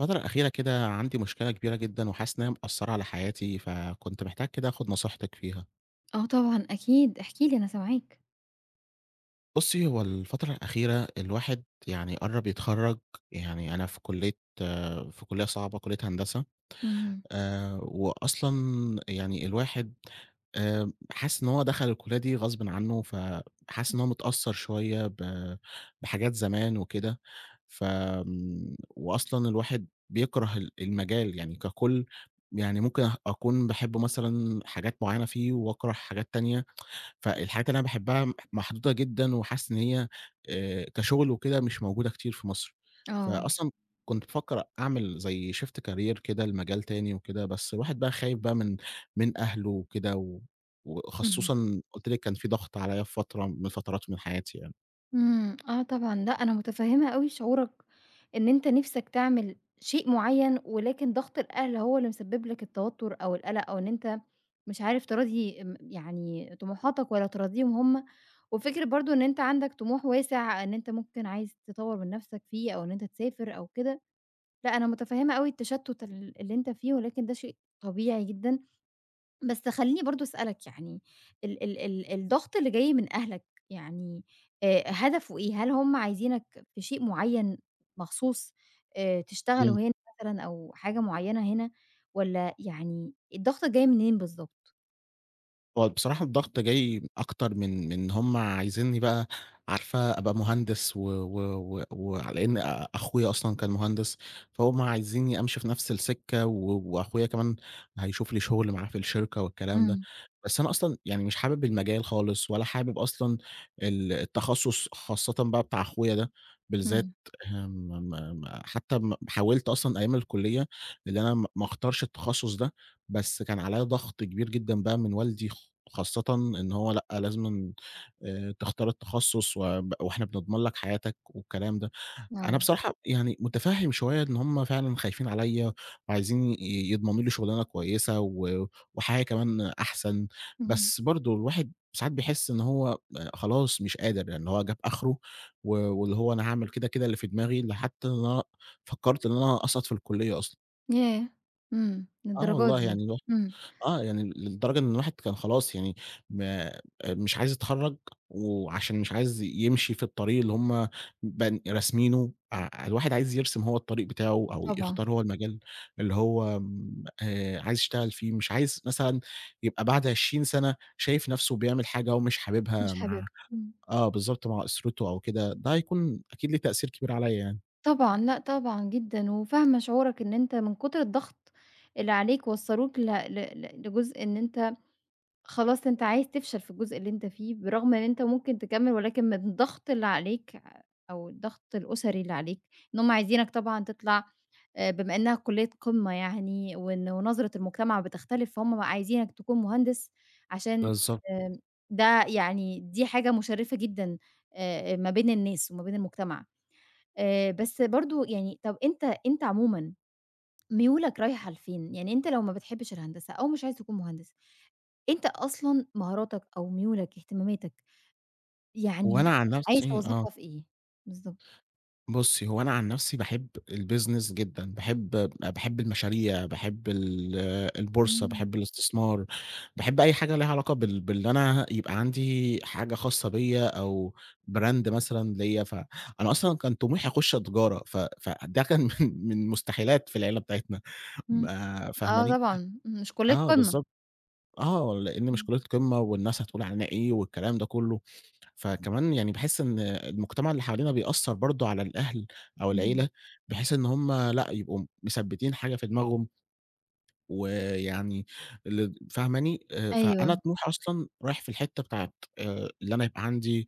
الفترة الأخيرة كده عندي مشكلة كبيرة جدًا، وحاسس إن هي مأثّرة على حياتي، فكنت محتاج كده آخد نصيحتِك فيها. آه طبعًا أكيد، احكِ لي أنا سامعاك. بُصّي، هو الفترة الأخيرة الواحد يعني قرّب يتخرّج. يعني أنا في كلية صعبة، كلية هندسة. اهم، وأصلًا يعني الواحد حاسس إن هو دخل الكلية دي غصبٍ عنّه، فحاسس إن هو متأثّر شوية بحاجات زمان وكده. وأصلًا الواحد بيكره المجال يعني ككُل. يعني ممكن أكون باحب مثلًا حاجات معيّنة فيه، واكره حاجات تانية. فالحاجات اللي أنا باحبها محدودة جدًا وحاسس إن هي كشغل وكده مش موجودة كتير في مصر. آه، فأصلًا كنت بافكّر أعمل زي shift career كده لمجال تاني وكده، بس الواحد بقى خايف بقى من أهله وكده و اهم، وخصوصًا قُلت لِك كان في ضغط عليّا في فترة من فترات من حياتي إمم، آه طبعًا، لأ أنا متفهمة أوي شعورك إن أنت نِفْسك تعمل شيء معيّن، ولكن ضغط الأهل هو اللي مسبب لك التوتر أو القلق، أو إن أنت مش عارف تراضي يعني طموحاتك ولا تراضيهم هُم، وفكرة برضه إن أنت عندك طموح واسع إن أنت ممكن عايز تطوّر من نَفْسك فيه، أو إن أنت تسافر أو كده، لأ أنا متفهمة أوي التشتُّت اللي أنت فيه، ولكن ده شيء طبيعي جدًا بس خلّيني برضه أسألك يعني ال ال ال الضغط اللي جاي من أهلك يعني هدفه إيه؟ هل هم عايزينك في شيء معيّن مخصوص تشتغله يعني. هنا مثلًا أو حاجة معيّنة هنا والّا يعني الضغط جاي منين بالضبط؟ هو بصراحة الضغط جاي أكتر من إن هم عايزينّي بقى عارفة أبقى مهندس و و و وعلى إن أخويا أصلًا كان مهندس، فهُم عايزينّي أمشي في نفس السكة وأخويا كمان هيشوف لي شغل معاه في الشركة والكلام ده. إمم، بس أنا أصلًا يعني مش حابب المجال خالص ولا حابب أصلًا التخصُّص خاصةً بقى بتاع أخويا ده بالذات. إمم، آمم، م م حتى حاولت أصلًا أيام الكلية إن أنا ما أختارش التخصُّص ده، بس كان عليّا ضغط كبير جدًا بقى من والدي، خاصةً إن هو لأ لازمًا تختار التخصُّص، وإحنا بنضمن لك حياتك والكلام ده. أنا آه، بصراحة يعني مُتفهِّم شوية إن هم فعلًا خايفين عليّا وعايزين يضمنوا لي شُغلانة كويسة وحياة كمان أحسن. اهم، بس برضه الواحد ساعات بيحس إن هو خلاص مش قادر، يعني هو جاب آخره واللي هو أنا هاعمل كده، كده اللي في دماغي، لحتى إن أنا فكّرت إن أنا أسقط في الكُلّية أصلًا. ياه! إمم، آه للدرجة والله دي، يعني الوا إمم، آه، يعني لدرجة إن الواحد كان خلاص يعني ما آه، مش عايز يتخرّج، وعشان مش عايز يمشي في الطريق اللي هُم راسمينه، الواحد عايز يرسم هو الطريق بتاعه أو طبعًا، يختار هو المجال اللي هو م عايز يشتغل فيه، مش عايز مثلًا يبقى بعد 20 سَنة شايف نَفْسه بيعمل حاجة هو مش مش حاببها حابب إمم، آه، بالضبط مع أسرته أو كده، ده هيكون أكيد ليه تأثير كبير عليّا يعني. طبعًا، لأ طبعًا جدًا، وفاهمة شعورك إن أنت من كتر الضغط اللي عليك وصّلوك ل ل ل لجزء إن أنت خلاص أنت عايز تفشل في الجزء اللي أنت فيه، برغم إن أنت ممكن تكمّل ولكن من الضغط اللي عليك أو الضغط الأسري اللي عليك، إن هُم عايزينك طبعًا تطلع بما إنها كُلّية قمة يعني وإن ونظرة المجتمع بتختلف، فهُم بقى عايزينك تكون مهندس عشان بالضبط. آمم ده يعني دي حاجة مُشرِّفة جدًا ما بين الناس وما بين المجتمع. بس برضه يعني طَب أنت عمومًا ميولك رايحة لفين؟ يعني أنت لو ما بتحبّش الهندسة أو مش عايز تكون مهندس، أنت أصلًا مهاراتك أو ميولك، اهتماماتك، يعني وأنا عن عايز نَفْسي آه. توظّفها في إيه؟ بالضبط. بُصّي، هو أنا عن نفسي باحب الbusiness جدًا، باحب المشاريع، باحب البورصة، إمم، باحب الاستثمار، باحب أي حاجة ليها علاقة بإن أنا يبقى عندي حاجة خاصة بيّا أو brand مثلًا ليّا، فأنا أصلًا كان طموحي أخُش تجارة، فده كان من مستحيلات في العيلة بتاعتنا، إمم. ما آه فاهماني؟ طبعًا، مش كلية آه قمة. بالضبط. آه، لإن مش إمم، كلية قمة والناس هتقول علينا إيه والكلام ده كلّه. فكمان يعني باحس إن المجتمع اللي حوالينا بيأثّر برضه على الأهل أو إمم. العيلة، بحيث إن هُم لأ، يبقوا مثبّتين حاجة في دماغهم ويعني فاهماني؟ أيوه. فأنا طموحي أصلًا رايح في الحتّة بتاعة اللي أنا يبقى عندي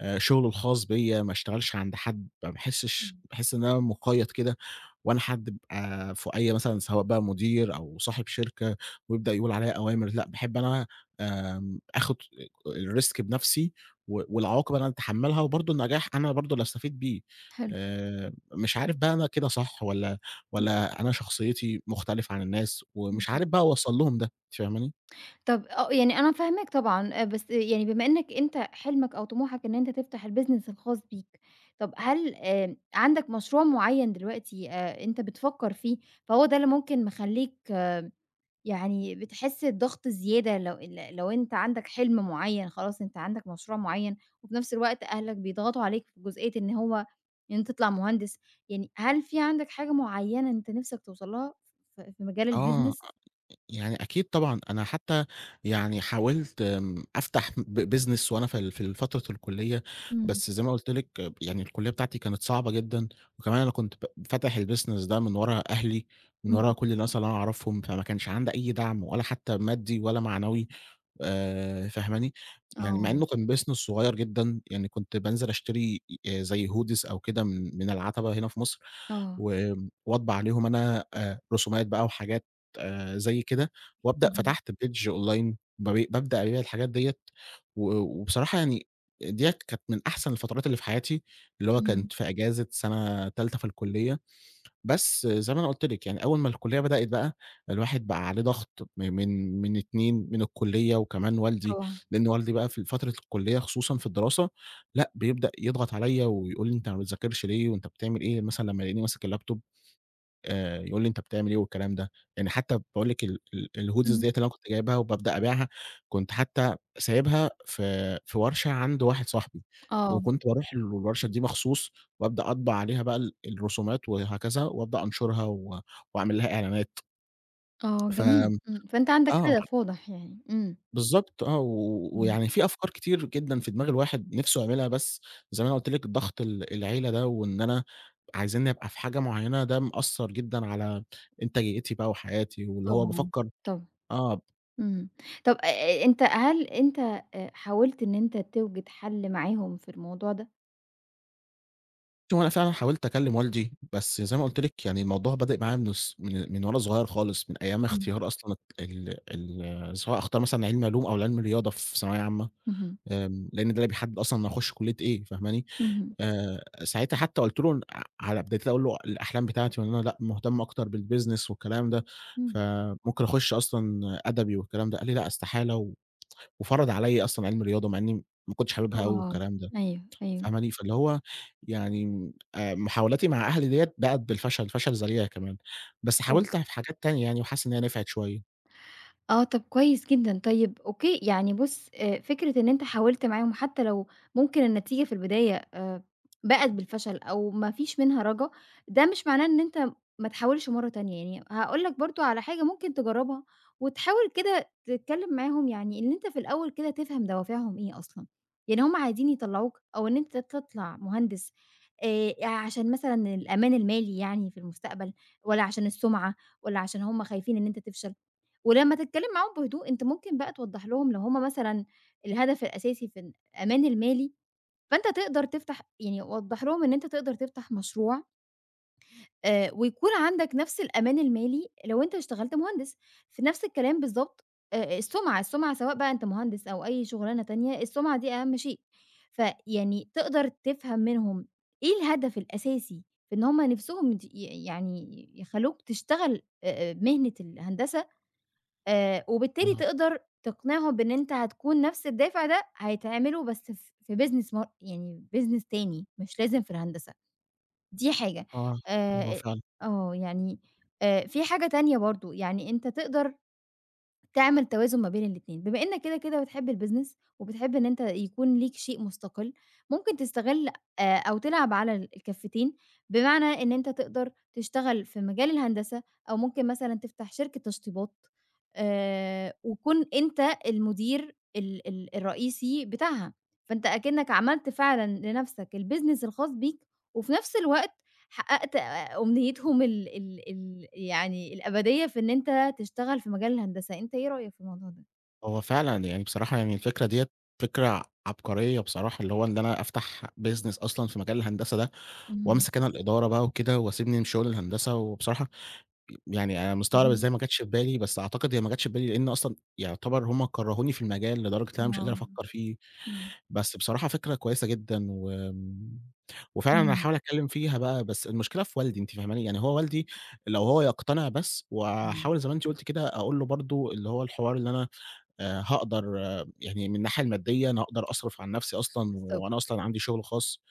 شغلي الخاص بيّا، ما اشتغلش عند حد، ما باحسش إمم، باحس إن أنا مُقيّد كده، وأنا حد بيبقى فوقيّا مثلًا سواء بقى مدير أو صاحب شركة ويبدأ يقول عليّا أوامر، لأ باحب أنا آخُد الrisk بنَفْسي والعواقب أنا اللي أتحمّلها وبرضه النجاح أنا برضه اللي أستفيد بيه. حلو. مش عارف بقى أنا كده صح والّا إمم، والّا أنا شخصيتي مختلفة عن الناس ومش اهم. عارف بقى أوصّل لهم ده، أنتِ فاهماني؟ طب آه، يعني أنا فاهماك طبعًا، بس يعني بما إنّك أنت حلمك أو طموحك إن أنت تفتح الbusiness الخاص بيك، طب هل عندك مشروع معيّن دلوقتي أنت بتفكّر فيه، فهو ده اللي ممكن مخلّيك يعني بتحس بضغط زيادة لو أنت عندك حلم معيّن خلاص أنت عندك مشروع معيّن، وفي نفس الوقت أهلك بيضغطوا عليك في جزئية إن هو إن أنت تطلع مهندس، يعني هل في عندك حاجة معيّنة أنت نِفْسك توصل لها في مجال آه. الbusiness؟ يعني أكيد طبعًا، أنا حتى يعني حاولت أفتح business وأنا في فترة الكلية. إمم، بس زي ما قُلت لِك يعني الكلية بتاعتي كانت صعبة جدًا، وكمان أنا كنت فاتح الbusiness ده من ورا أهلي، من إمم، ورا كل الناس اللي أنا أعرفهم، فما كانش عندي أي دعم ولا حتى مادي ولا معنوي. فاهماني؟ يعني مع آه، إنه كان business صغير جدًا، يعني كنت بانزل أشتري زي hoodies أو كده من العتبة هنا في مصر. آه. وأطبع عليهم أنا رسومات بقى وحاجات زي كده، وأبدأ اهم، فتحت page online بابدأ أبيع الحاجات ديّة، وبصراحة يعني ديّة كانت من أحسن الفترات اللي في حياتي، اللي هو اهم، كانت في إجازة سنة تالتة في الكلية. بس زي ما أنا قُلت لِك، يعني أول ما الكُلّية بدأت بقى، الواحد بقى عليه ضغط م من من 2 من الكُلّية وكمان والدي. طبعًا. لإن والدي بقى في فترة الكُلّية خصوصًا في الدراسة، لأ بيبدأ يضغط عليَّ ويقول لي: "أنت ما بتذاكرش ليه وأنت بتعمل إيه؟" مثلًا لمّا يلاقيني ماسك اللاب توب يقول لي: "أنت بتعمل إيه؟" والكلام ده. يعني حتى باقول لِك ال ال الhoodies اهم. ديّة اللي أنا كنت جايبها وبابدأ أبيعها، كنت حتى سايبها في ورشة عند واحد صاحبي، آه، وكنت باروح الورشة دي مخصوص وأبدأ أطبع عليها بقى الرسومات وهكذا وأبدأ أنشرها وأعمل لها إعلانات. آه ف جميل، إمم، فأنت عندك آه. هدف واضح يعني، إمم، بالضبط آه، و إمم. ويعني في أفكار كتير جدًا في دماغ الواحد نِفْسه يعملها بس زي ما أنا قُلت لِك ضغط العيلة ده وإن أنا عايزينّي أبقى في حاجة معيّنة ده مأثّر جدًا على إنتاجيتي بقى وحياتي، واللي هو طبعًا، بافكّر طبعًا. آه، إمم. طب أ أ أنت هل أنت حاولت إن أنت توجد حل معاهم في الموضوع ده؟ هو أنا فعلًا حاولت أكلّم والدي، بس زي ما قُلت لِك يعني الموضوع بادئ معايا من وأنا صغير خالص، من أيام إمم. اختيار أصلًا ال ال سواء أختار مثلًا علمي علوم أو علمي رياضة في ثانوية عامة. اهم، لإن ده اللي بيحدد أصلًا أنا هاخُش كُلّية إيه، فاهماني؟ اهم، ساعتها حتى قُلت له ع على ابتديت أقول له الأحلام بتاعتي وإن أنا لأ، مهتم أكتر بالbusiness والكلام ده، إمم. فممكن أخش أصلًا أدبي والكلام ده، قال لي: "لأ، استحالة." وفرض عليَّ أصلًا علم رياضة مع إني ما كنتش حاببها أوي آه. والكلام ده، أيوه، أيوه. فاهماني؟ فاللي هو يعني محاولاتي مع أهلي ديّة بَقِت بالفشل، فشل ذريع كمان، بس طب حاولت في حاجات تانية يعني وحاسس إن هي نفعت شوية. آه، طب كويس جدًا، طيب أوكي، يعني بُص فكرة إن أنت حاولت معاهم حتى لو ممكن النتيجة في البداية باءت بالفشل أو ما فيش منها رجا، ده مش معناه إن أنت ما تحاولش مرة تانية، يعني هاقول لك برضه على حاجة ممكن تجرّبها وتحاول كده تتكلم معاهم، يعني إن أنت في الأول كده تفهم دوافعهم إيه أصلًا، يعني هُم عايزين يطلّعوك أو إن أنت تطلع مهندس عشان مثلًا الأمان المالي يعني في المستقبل والّا عشان السُمعة والّا عشان هُم خايفين إن أنت تفشل؟ ولمّا تتكلّم معاهم بهدوء، أنت ممكن بقى توضّح لهم لو هم مثلًا الهدف الأساسي في الأمان المالي، فأنت تقدر تفتح يعني وضّح لهم إن أنت تقدر تفتح مشروع ويكون عندك نفس الأمان المالي لو أنت اشتغلت مهندس، في نفس الكلام بالضبط السُمعة، السُمعة سواء بقى أنت مهندس أو أي شُغلانة تانية، السُمعة دي أهَم شيء. فيعني تقدر تفهم منهم إيه الهدف الأساسي في إن هم نِفْسهم ت ي يعني يخلّوك تشتغل مهنة الهندسة وبالتالي آه، تقدر تقنعهم بإن أنت هتكون نفس الدافع ده هيتعملوا بس في business يعني business تاني مش لازم في الهندسة، دي حاجة. آه، هو أ فعلًا. آه، يعني في حاجة تانية برضه، يعني أنت تقدر تعمل توازن ما بين الاتنين، بما إنك كده، كده بتحب الbusiness وبتحب إن أنت يكون ليك شيء مستقل، ممكن تستغل أو تلعب على الكفتين، بمعنى إن أنت تقدر تشتغل في مجال الهندسة أو ممكن مثلًا تفتح شركة تشطيبات وكون أنت المدير ال ال الرئيسي بتاعها، فأنت أكنك عملت فعلًا لنفسك الbusiness الخاص بيك وفي نفس الوقت حقّقت أمنيتهم ال ال ال يعني الأبدية في إن أنت تشتغل في مجال الهندسة، أنت إيه رأيك في الموضوع ده؟ هو فعلًا يعني بصراحة يعني الفكرة ديّة فكرة عبقرية بصراحة، اللي هو إن أنا أفتح business أصلًا في مجال الهندسة ده، اهم، وأمسك أنا الإدارة بقى وكده، وأسيبني من شغل الهندسة، وبصراحة يعني أنا مستغرب اهم، إزاي ما جاتش في بالي، بس أعتقد هي ما جاتش في بالي لإن أصلًا يعتبر هم كرهوني في المجال لدرجة إن أنا مش قادر آه، أفكر فيه. إمم، بس بصراحة فكرة كويسة جدًا، وفعلًا أنا إمم، هاحاول أتكلم فيها بقى، بس المشكلة في والدي أنتِ فاهماني، يعني هو والدي لو هو يقتنع بس، آه، وأحاول زي ما أنتِ قُلتِ كده أقول له برضه اللي هو الحوار اللي أنا هاقدر آه، يعني من الناحية المادية أنا هاقدر أصرف عن نَفْسي أصلًا بالضبط. وأنا أصلًا عندي شُغل خاص.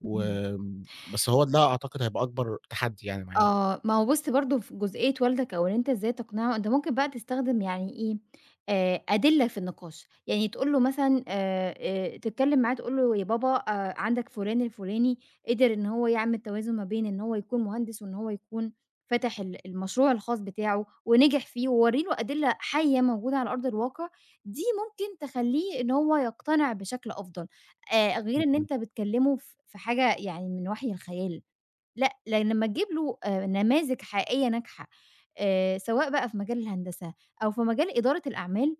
بس هو ده أعتقد هيبقى أكبر تحدّي يعني معايا. آه، ما هو بُص برضه في جزئية والدك أو إن أنت إزاي تقنعه، أنت ممكن بقى تستخدم يعني إيه، أدلة في النقاش، يعني تقول له مثلًا تتكلم معاه تقول له: "يا بابا عندك فُلان الفُلاني قدر إن هو يعمل توازن ما بين إن هو يكون مهندس وإن هو يكون فاتح المشروع الخاص بتاعه ونجح فيه." وورّي له أدلة حية موجودة على أرض الواقع، دي ممكن تخلّيه إن هو يقتنع بشكل أفضل، غير إن إمم. أنت بتكلمه في حاجة يعني من وحي الخيال. لأ، لإن لمّا تجيب له نماذج حقيقية ناجحة، سواء بقى في مجال الهندسة أو في مجال إدارة الأعمال،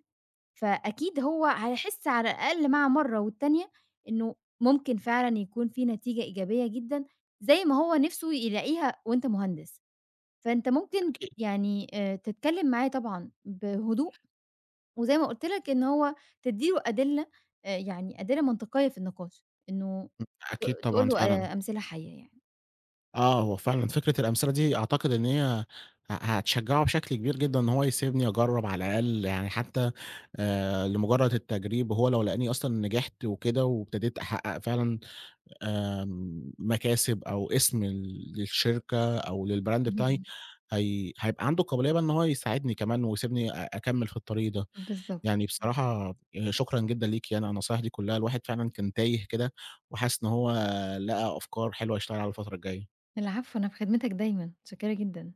فأكيد هو هيحس على الأقل مع مرّة والتانية إنه ممكن فعلًا يكون في نتيجة إيجابية جدًا، زي ما هو نِفْسه يلاقيها وأنت مهندس. فأنت ممكن أكيد، يعني تتكلّم معاه طبعًا بهدوء، وزي ما قُلت لك إن هو تدّي له أدلة يعني أدلة منطقية في النقاش، إنه أكيد تقول طبعًا له فعلًا. أمثلة حيّة يعني. آه، هو فعلًا فكرة الأمثلة دي أعتقد إن هي هتشجّعه بشكل كبير جدًا إن هو يسيبني أجرّب على الأقل يعني حتى لمجرّد التجريب، هو لو لقاني أصلًا نجحت وكده وابتديت أحقق فعلًا مكاسب أو اسم للشركة أو للbrand اهم. بتاعي، إمم. هي هيبقى عنده القابلية بقى إن هو يساعدني كمان ويسيبني أكمّل في الطريق ده. بالضبط. يعني بصراحة شكرًا جدًا ليكِ يعني على النصايح دي كلّها، الواحد فعلًا كان تايه كده وحاسس إن هو لقى أفكار حلوة يشتغل عليها الفترة الجاية. العفو، أنا في خدمتك دايمًا، متشكرة جدًا.